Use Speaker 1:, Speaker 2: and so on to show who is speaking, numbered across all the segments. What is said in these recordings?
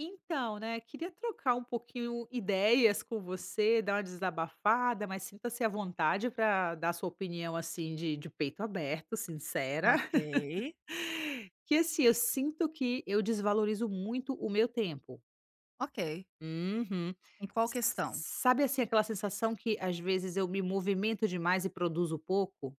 Speaker 1: Então, né, queria trocar um pouquinho ideias com você, dar uma desabafada, mas sinta-se à vontade para dar sua opinião assim de peito aberto, sincera.
Speaker 2: Ok,
Speaker 1: Que assim, eu sinto que eu desvalorizo muito o meu tempo.
Speaker 2: ok.
Speaker 1: Uhum.
Speaker 2: Em qual questão?
Speaker 1: Sabe assim, aquela sensação que às vezes eu me movimento demais e produzo pouco?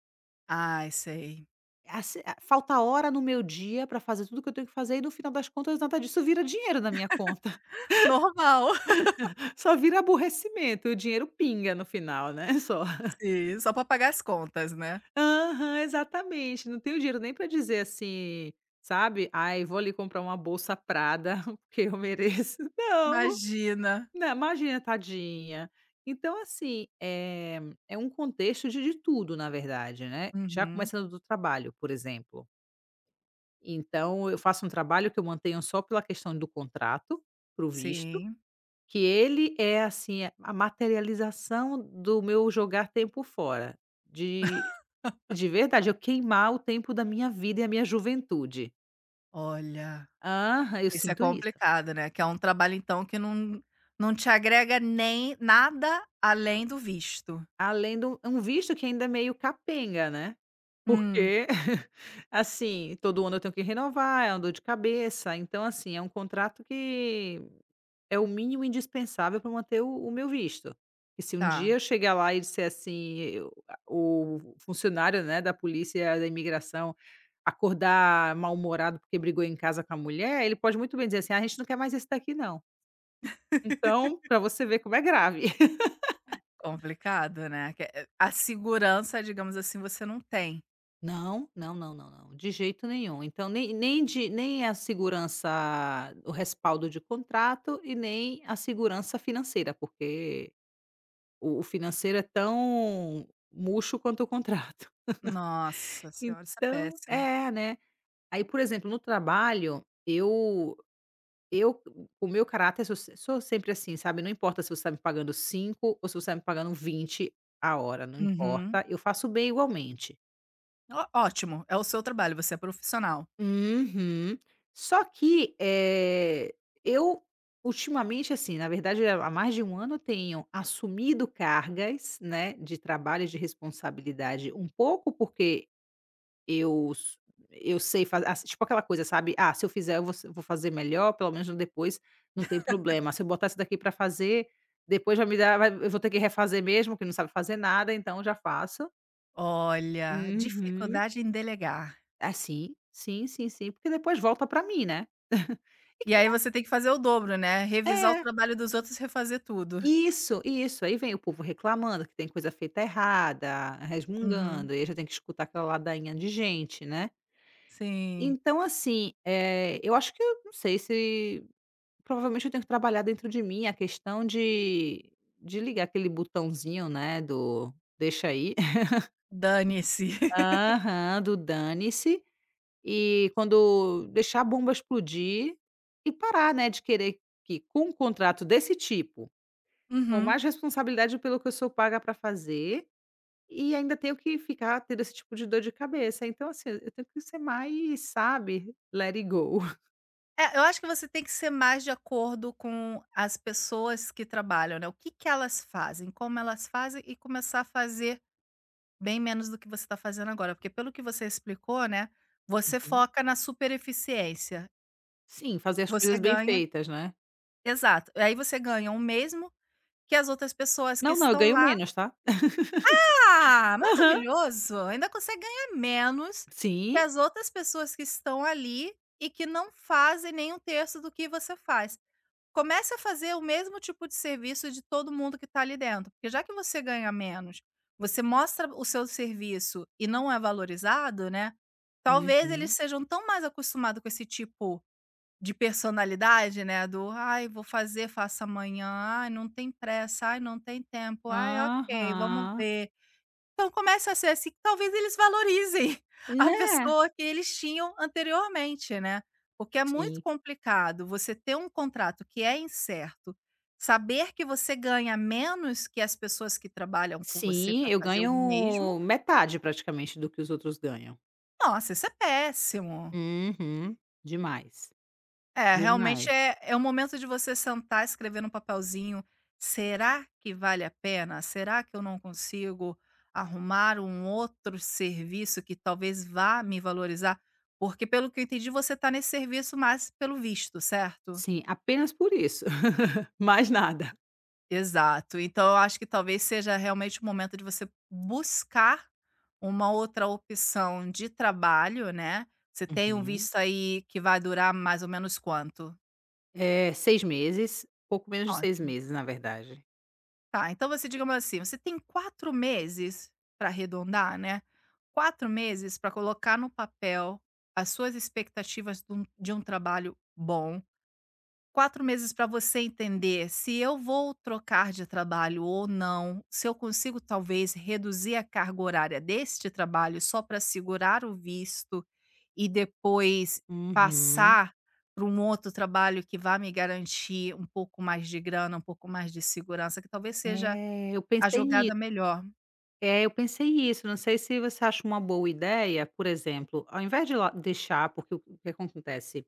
Speaker 2: Ai, sei.
Speaker 1: Assim, falta hora no meu dia para fazer tudo que eu tenho que fazer e no final das contas nada disso vira dinheiro na minha conta.
Speaker 2: Normal.
Speaker 1: Só vira aborrecimento, o dinheiro pinga no final, né? Só.
Speaker 2: Sim, só para pagar as contas, né.
Speaker 1: Aham, exatamente. Não tenho dinheiro nem para dizer assim, sabe: "Ai, vou ali comprar uma bolsa Prada, porque eu mereço". Não,
Speaker 2: Imagina.
Speaker 1: não, imagina, tadinha. Então, assim, é um contexto de tudo, na verdade, né. Já
Speaker 2: Uhum,
Speaker 1: começando do trabalho, por exemplo. Então eu faço um trabalho que eu mantenho só pela questão do contrato, para visto,
Speaker 2: sim.
Speaker 1: que ele é, assim, a materialização do meu jogar tempo fora, de de verdade, eu queimar o tempo da minha vida e a minha juventude.
Speaker 2: Olha,
Speaker 1: Aham, eu
Speaker 2: isso é
Speaker 1: sinto isso.
Speaker 2: complicado, né, que é um trabalho, então, que não te agrega nem nada além do visto.
Speaker 1: Além do um visto que ainda é meio capenga, né,
Speaker 2: Hum,
Speaker 1: porque, assim, todo ano eu tenho que renovar, é uma dor de cabeça, então, assim, é um contrato que é o mínimo indispensável para manter o meu visto. E se um
Speaker 2: tá.
Speaker 1: dia eu chegar lá e disser assim, eu a o funcionário, né, da polícia da imigração acordar mal-humorado porque brigou em casa com a mulher, ele pode muito bem dizer assim: "Ah, a gente não quer mais esse daqui não". Então, para você ver como é grave.
Speaker 2: Complicado, né, que é a segurança, digamos assim, você não tem.
Speaker 1: Não, não, não, não, não, de jeito nenhum. Então nem a segurança, o respaldo de contrato, e nem a segurança financeira, porque o financeiro é tão murcho quanto o contrato.
Speaker 2: Nossa senhora, isso é
Speaker 1: Então
Speaker 2: péssimo.
Speaker 1: é, né. Aí, por exemplo, no trabalho, eu o meu caráter sou sempre assim, sabe, não importa se você está me pagando 5 ou se você está me pagando 20 a hora, não
Speaker 2: Uhum.
Speaker 1: importa, eu faço bem igualmente.
Speaker 2: Ó ótimo, é o seu trabalho, você é profissional.
Speaker 1: Uhum. Só que, eu ultimamente, assim, na verdade há mais de um ano eu tenho assumido cargas, né, de trabalho e de responsabilidade, um pouco porque Eu s eu sei fazer tipo aquela coisa, sabe, "Ah, se eu fizer, eu vou se vou fazer melhor, pelo menos depois não tem problema. Se eu botar isso daqui para fazer, depois vai me dar vai eu vou ter que refazer mesmo, que não sabe fazer nada, então já faço".
Speaker 2: Olha,
Speaker 1: Uhum.
Speaker 2: dificuldade em delegar.
Speaker 1: Ah, sim. Sim, sim, sim, porque depois volta pra mim, né. E
Speaker 2: E
Speaker 1: que
Speaker 2: aí você tem que fazer o dobro, né, revisar o
Speaker 1: é,
Speaker 2: trabalho dos outros e refazer tudo.
Speaker 1: isso, isso. Aí vem o povo reclamando que tem coisa feita errada,
Speaker 2: Uhum,
Speaker 1: resmungando, e aí já tem que escutar aquela ladainha de gente, né.
Speaker 2: sim,
Speaker 1: Então assim, eu acho que eu não sei se provavelmente eu tenho que trabalhar dentro de mim a questão de ligar aquele botãozinho, né, do "deixa aí".
Speaker 2: dane-se.
Speaker 1: Aham, do "dane-se", e quando deixar a bomba explodir e parar, né, de querer que com um contrato desse tipo, com
Speaker 2: Uhum.
Speaker 1: mais responsabilidade pelo que eu sou paga para fazer, e ainda tenho que ficar tendo esse tipo de dor de cabeça. Então, assim, eu tenho que ser mais, sabe, let it go.
Speaker 2: É, eu acho que você tem que ser mais de acordo com as pessoas que trabalham, né, o que que elas fazem, como elas fazem e começar a fazer bem menos do que você está fazendo agora, porque pelo que você explicou, né, você
Speaker 1: Uhum.
Speaker 2: foca na super eficiência,
Speaker 1: Sim, fazer as
Speaker 2: você
Speaker 1: coisas bem
Speaker 2: ganha
Speaker 1: feitas, né.
Speaker 2: exato, aí você ganha o mesmo que as outras pessoas que
Speaker 1: Não, não, eu
Speaker 2: estão
Speaker 1: ganho
Speaker 2: lá.
Speaker 1: menos, tá.
Speaker 2: Ah, maravilhoso! Ainda consegue ganhar menos que
Speaker 1: Sim.
Speaker 2: as outras pessoas que estão ali e que não fazem nem um terço do que você faz. Comece a fazer o mesmo tipo de serviço de todo mundo que está ali dentro, porque já que você ganha menos, você mostra o seu serviço e não é valorizado, né, talvez eles
Speaker 1: Uhum.
Speaker 2: sejam tão mais acostumado com esse tipo de personalidade, né, do: "Ai, vou fazer, faça amanhã. Ai, não tem pressa. Ai, não tem tempo. Ai, ok, vamos
Speaker 1: Aham.
Speaker 2: ver". Então começa a ser assim, que talvez eles valorizem a
Speaker 1: Né?
Speaker 2: pessoa que eles tinham anteriormente, né. Porque é muito
Speaker 1: Sim.
Speaker 2: complicado você ter um contrato que é incerto, saber que você ganha menos que as pessoas que trabalham com você
Speaker 1: Sim,
Speaker 2: para
Speaker 1: eu
Speaker 2: fazer o mesmo.
Speaker 1: ganho metade praticamente do que os outros ganham.
Speaker 2: Nossa, isso é péssimo.
Speaker 1: Uhum. Demais,
Speaker 2: É, realmente
Speaker 1: demais.
Speaker 2: é o momento de você sentar, escrever num papelzinho: "Será que vale a pena? Será que eu não consigo arrumar um outro serviço que talvez vá me valorizar?" Porque, pelo que eu entendi, você está nesse serviço mais pelo visto, certo?
Speaker 1: Sim, apenas por isso, mais nada.
Speaker 2: Exato. Então eu acho que talvez seja realmente o momento de você buscar uma outra opção de trabalho, né. Você tem um
Speaker 1: Uhum.
Speaker 2: visto aí que vai durar mais ou menos quanto?
Speaker 1: 6 meses, pouco menos de seis
Speaker 2: Ótimo.
Speaker 1: meses, na verdade.
Speaker 2: Tá, então você, digamos assim, você tem 4 meses para arredondar, né, 4 meses para colocar no papel as suas expectativas dum de um trabalho bom, 4 meses para você entender se eu vou trocar de trabalho ou não, se eu consigo talvez reduzir a carga horária deste trabalho só para segurar o visto e depois
Speaker 1: Uhum.
Speaker 2: passar para um outro trabalho que vá me garantir um pouco mais de grana, um pouco mais de segurança, que talvez seja
Speaker 1: É, eu
Speaker 2: a
Speaker 1: pensei nisso.
Speaker 2: jogada melhor,
Speaker 1: É, eu pensei isso, não sei se você acha uma boa ideia, por exemplo, ao invés de lá deixar porque o que acontece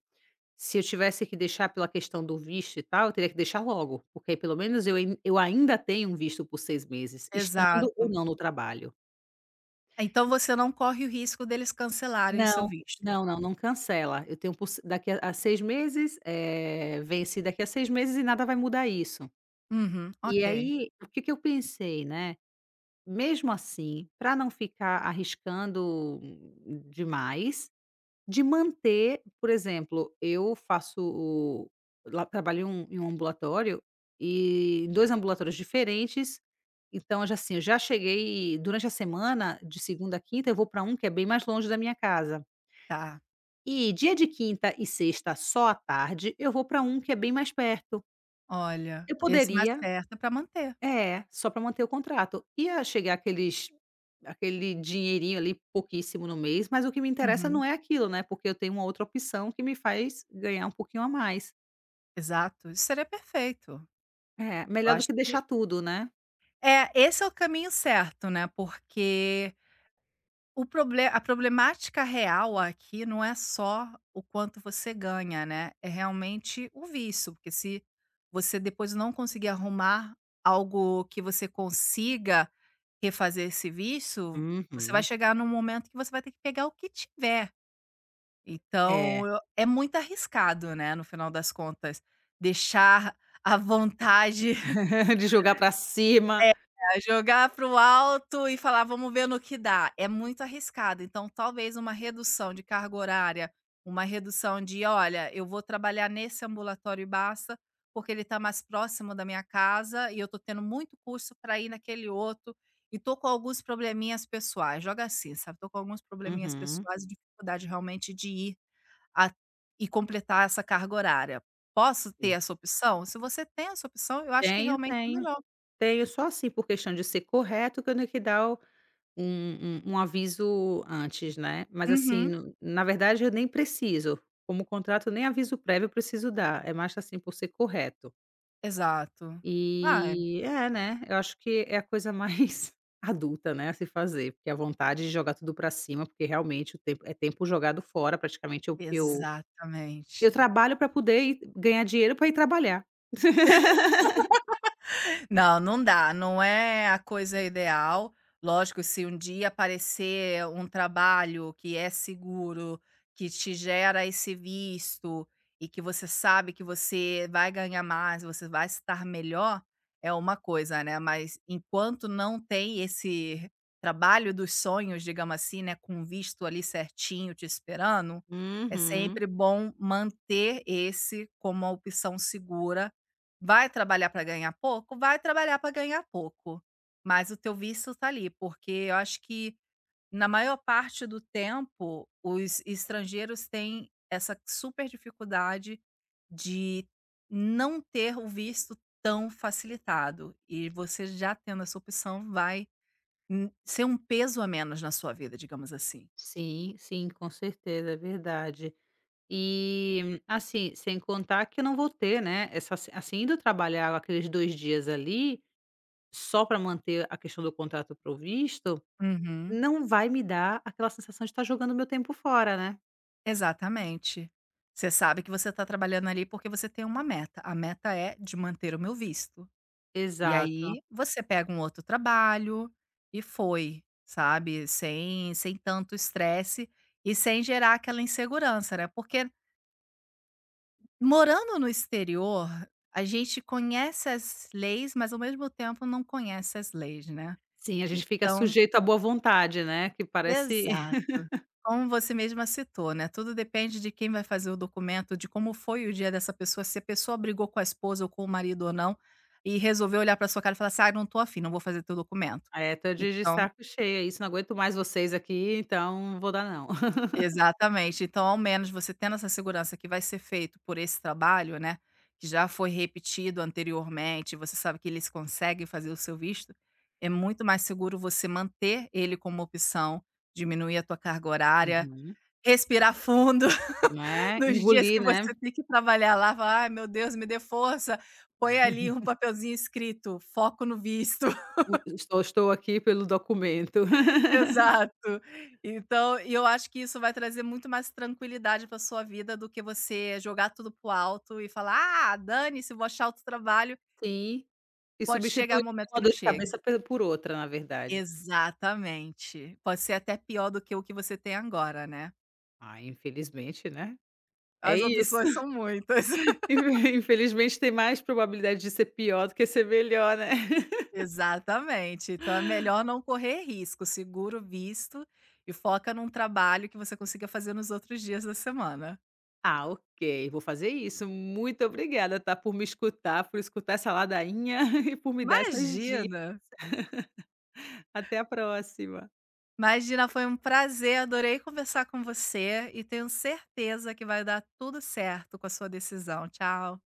Speaker 1: se eu tivesse que deixar pela questão do visto e tal, eu teria que deixar logo, porque aí pelo menos eu ainda tenho um visto por seis meses, estando ou
Speaker 2: exato.
Speaker 1: não no trabalho.
Speaker 2: Então você não corre o risco deles cancelarem o seu
Speaker 1: Não,
Speaker 2: visto.
Speaker 1: não, não, não cancela. Eu tenho por se daqui a 6 meses, vence daqui a 6 meses e nada vai mudar isso.
Speaker 2: Uhum,
Speaker 1: E
Speaker 2: ok,
Speaker 1: aí, o que que eu pensei, né, mesmo assim, para não ficar arriscando demais, de manter, por exemplo, eu faço o lá trabalho em um ambulatório, e em 2 ambulatórios diferentes, então eu já, assim, eu já cheguei durante a semana, de segunda a quinta, eu vou para um que é bem mais longe da minha casa.
Speaker 2: tá.
Speaker 1: E dia de quinta e sexta, só à tarde, eu vou para um que é bem mais perto.
Speaker 2: Olha,
Speaker 1: Eu
Speaker 2: esse mais
Speaker 1: poderia
Speaker 2: certo para manter.
Speaker 1: é, só para manter o contrato. Ia chegar aquele dinheirinho ali, pouquíssimo no mês, mas o que me interessa
Speaker 2: Uhum,
Speaker 1: não é aquilo, né, porque eu tenho uma outra opção que me faz ganhar um pouquinho a mais.
Speaker 2: exato, isso seria perfeito.
Speaker 1: É,
Speaker 2: Eu
Speaker 1: melhor do
Speaker 2: acho
Speaker 1: que
Speaker 2: que
Speaker 1: deixar tudo, né.
Speaker 2: é, esse é o caminho certo, né, porque O proble a problemática real aqui não é só o quanto você ganha, né, é realmente o vício, porque se você depois não conseguir arrumar algo que você consiga refazer esse vício, você vai
Speaker 1: Uhum.
Speaker 2: chegar num momento que você vai ter que pegar o que tiver.
Speaker 1: É,
Speaker 2: Então eu é muito arriscado, né, no final das contas, deixar à vontade
Speaker 1: de jogar para cima.
Speaker 2: é, jogar para o alto e falar: "Vamos ver no que dá", é muito arriscado. Então, talvez uma redução de carga horária, uma redução de: "Olha, eu vou trabalhar nesse ambulatório e basta, porque ele está mais próximo da minha casa e eu estou tendo muito custo para ir naquele outro e estou com alguns probleminhas pessoais", joga assim, sabe, "Estou com alguns probleminhas
Speaker 1: Uhum,
Speaker 2: pessoais e dificuldade realmente de ir a e completar essa carga horária. Posso ter
Speaker 1: sim.
Speaker 2: essa opção?". Se você tem essa opção, eu acho que
Speaker 1: Tenho,
Speaker 2: realmente é
Speaker 1: tenho.
Speaker 2: melhor.
Speaker 1: Tenho, só assim por questão de ser correto que eu tenho que dar o um aviso antes, né, mas assim,
Speaker 2: Uhum.
Speaker 1: na verdade eu nem preciso, como contrato nem aviso prévio eu preciso dar, é mais assim por ser correto.
Speaker 2: Exato. Ah,
Speaker 1: E é, né, eu acho que é a coisa mais adulta, né, a se fazer, porque a vontade de jogar tudo pra cima, porque realmente o tempo é tempo jogado fora, praticamente eu
Speaker 2: exatamente.
Speaker 1: trabalho pra poder ir ganhar dinheiro pra ir trabalhar.
Speaker 2: Não, não dá, não é a coisa ideal. Lógico, se um dia aparecer um trabalho que é seguro, que te gera esse visto e que você sabe que você vai ganhar mais, você vai estar melhor, é uma coisa, né? Mas enquanto não tem esse trabalho dos sonhos, digamos assim, né, com um visto ali certinho te esperando, é
Speaker 1: Uhum.
Speaker 2: sempre bom manter esse como a opção segura. Vai trabalhar para ganhar pouco? Vai trabalhar para ganhar pouco, mas o teu vício está ali, porque eu acho que na maior parte do tempo os estrangeiros têm essa super dificuldade de não ter o visto tão facilitado, e você já tendo essa opção vai n ser um peso a menos na sua vida, digamos assim.
Speaker 1: Sim, sim, com certeza, é verdade. E, assim, sem contar que eu não vou ter, né, essa assim, indo trabalhar aqueles 2 dias ali, só para manter a questão do contrato provisto,
Speaker 2: Uhum,
Speaker 1: não vai me dar aquela sensação de estar jogando meu tempo fora, né.
Speaker 2: exatamente. Você sabe que você está trabalhando ali porque você tem uma meta, a meta é de manter o meu visto. E
Speaker 1: Exato.
Speaker 2: aí você pega um outro trabalho e foi, sabe, sem tanto estresse e sem gerar aquela insegurança, né, porque morando no exterior, a gente conhece as leis, mas ao mesmo tempo não conhece as leis, né.
Speaker 1: Sim, a gente fica
Speaker 2: Então
Speaker 1: sujeito à boa vontade, né, que parece.
Speaker 2: exato. Como você mesma citou, né, tudo depende de quem vai fazer o documento, de como foi o dia dessa pessoa, se a pessoa brigou com a esposa ou com o marido ou não, e resolveu olhar pra sua cara e falar assim: "Ai, não tô afim, não vou fazer teu documento".
Speaker 1: É, tô de
Speaker 2: Então
Speaker 1: saco cheio, é isso, não aguento mais vocês aqui, então não vou dar não.
Speaker 2: exatamente. Então, ao menos você tendo essa segurança que vai ser feito por esse trabalho, né, que já foi repetido anteriormente, você sabe que eles conseguem fazer o seu visto, é muito mais seguro você manter ele como opção, diminuir a tua carga horária,
Speaker 1: Uhum.
Speaker 2: respirar fundo
Speaker 1: Né,
Speaker 2: nos dias
Speaker 1: engolir,
Speaker 2: que
Speaker 1: né,
Speaker 2: você tem que trabalhar lá, falar: "Ai, meu Deus, me dê força", põe ali um papelzinho escrito: "Foco no visto".
Speaker 1: o estou aqui pelo documento.
Speaker 2: Exato. Então, e eu acho que isso vai trazer muito mais tranquilidade para sua vida do que você jogar tudo pro alto e falar: "Ah, dane-se, vou achar outro trabalho",
Speaker 1: Sim. E
Speaker 2: pode chegar
Speaker 1: substitui,
Speaker 2: um
Speaker 1: né,
Speaker 2: momento que
Speaker 1: uma
Speaker 2: não
Speaker 1: dor de
Speaker 2: chegue.
Speaker 1: cabeça pe por outra, na verdade.
Speaker 2: Exatamente. Pode ser até pior do que o que você tem agora, né.
Speaker 1: Ah, infelizmente, né. É
Speaker 2: As
Speaker 1: isso.
Speaker 2: opções são muitas.
Speaker 1: Infelizmente tem mais probabilidade de ser pior do que ser melhor, né.
Speaker 2: Exatamente. Então é melhor não correr risco, segura o visto e foca num trabalho que você consiga fazer nos outros dias da semana.
Speaker 1: Ah, ok, vou fazer isso. Muito obrigada, tá, por me escutar, por escutar essa ladainha e por me dar essas dicas.
Speaker 2: Imagina!
Speaker 1: Até a próxima.
Speaker 2: Imagina, foi um prazer, adorei conversar com você e tenho certeza que vai dar tudo certo com a sua decisão. Tchau.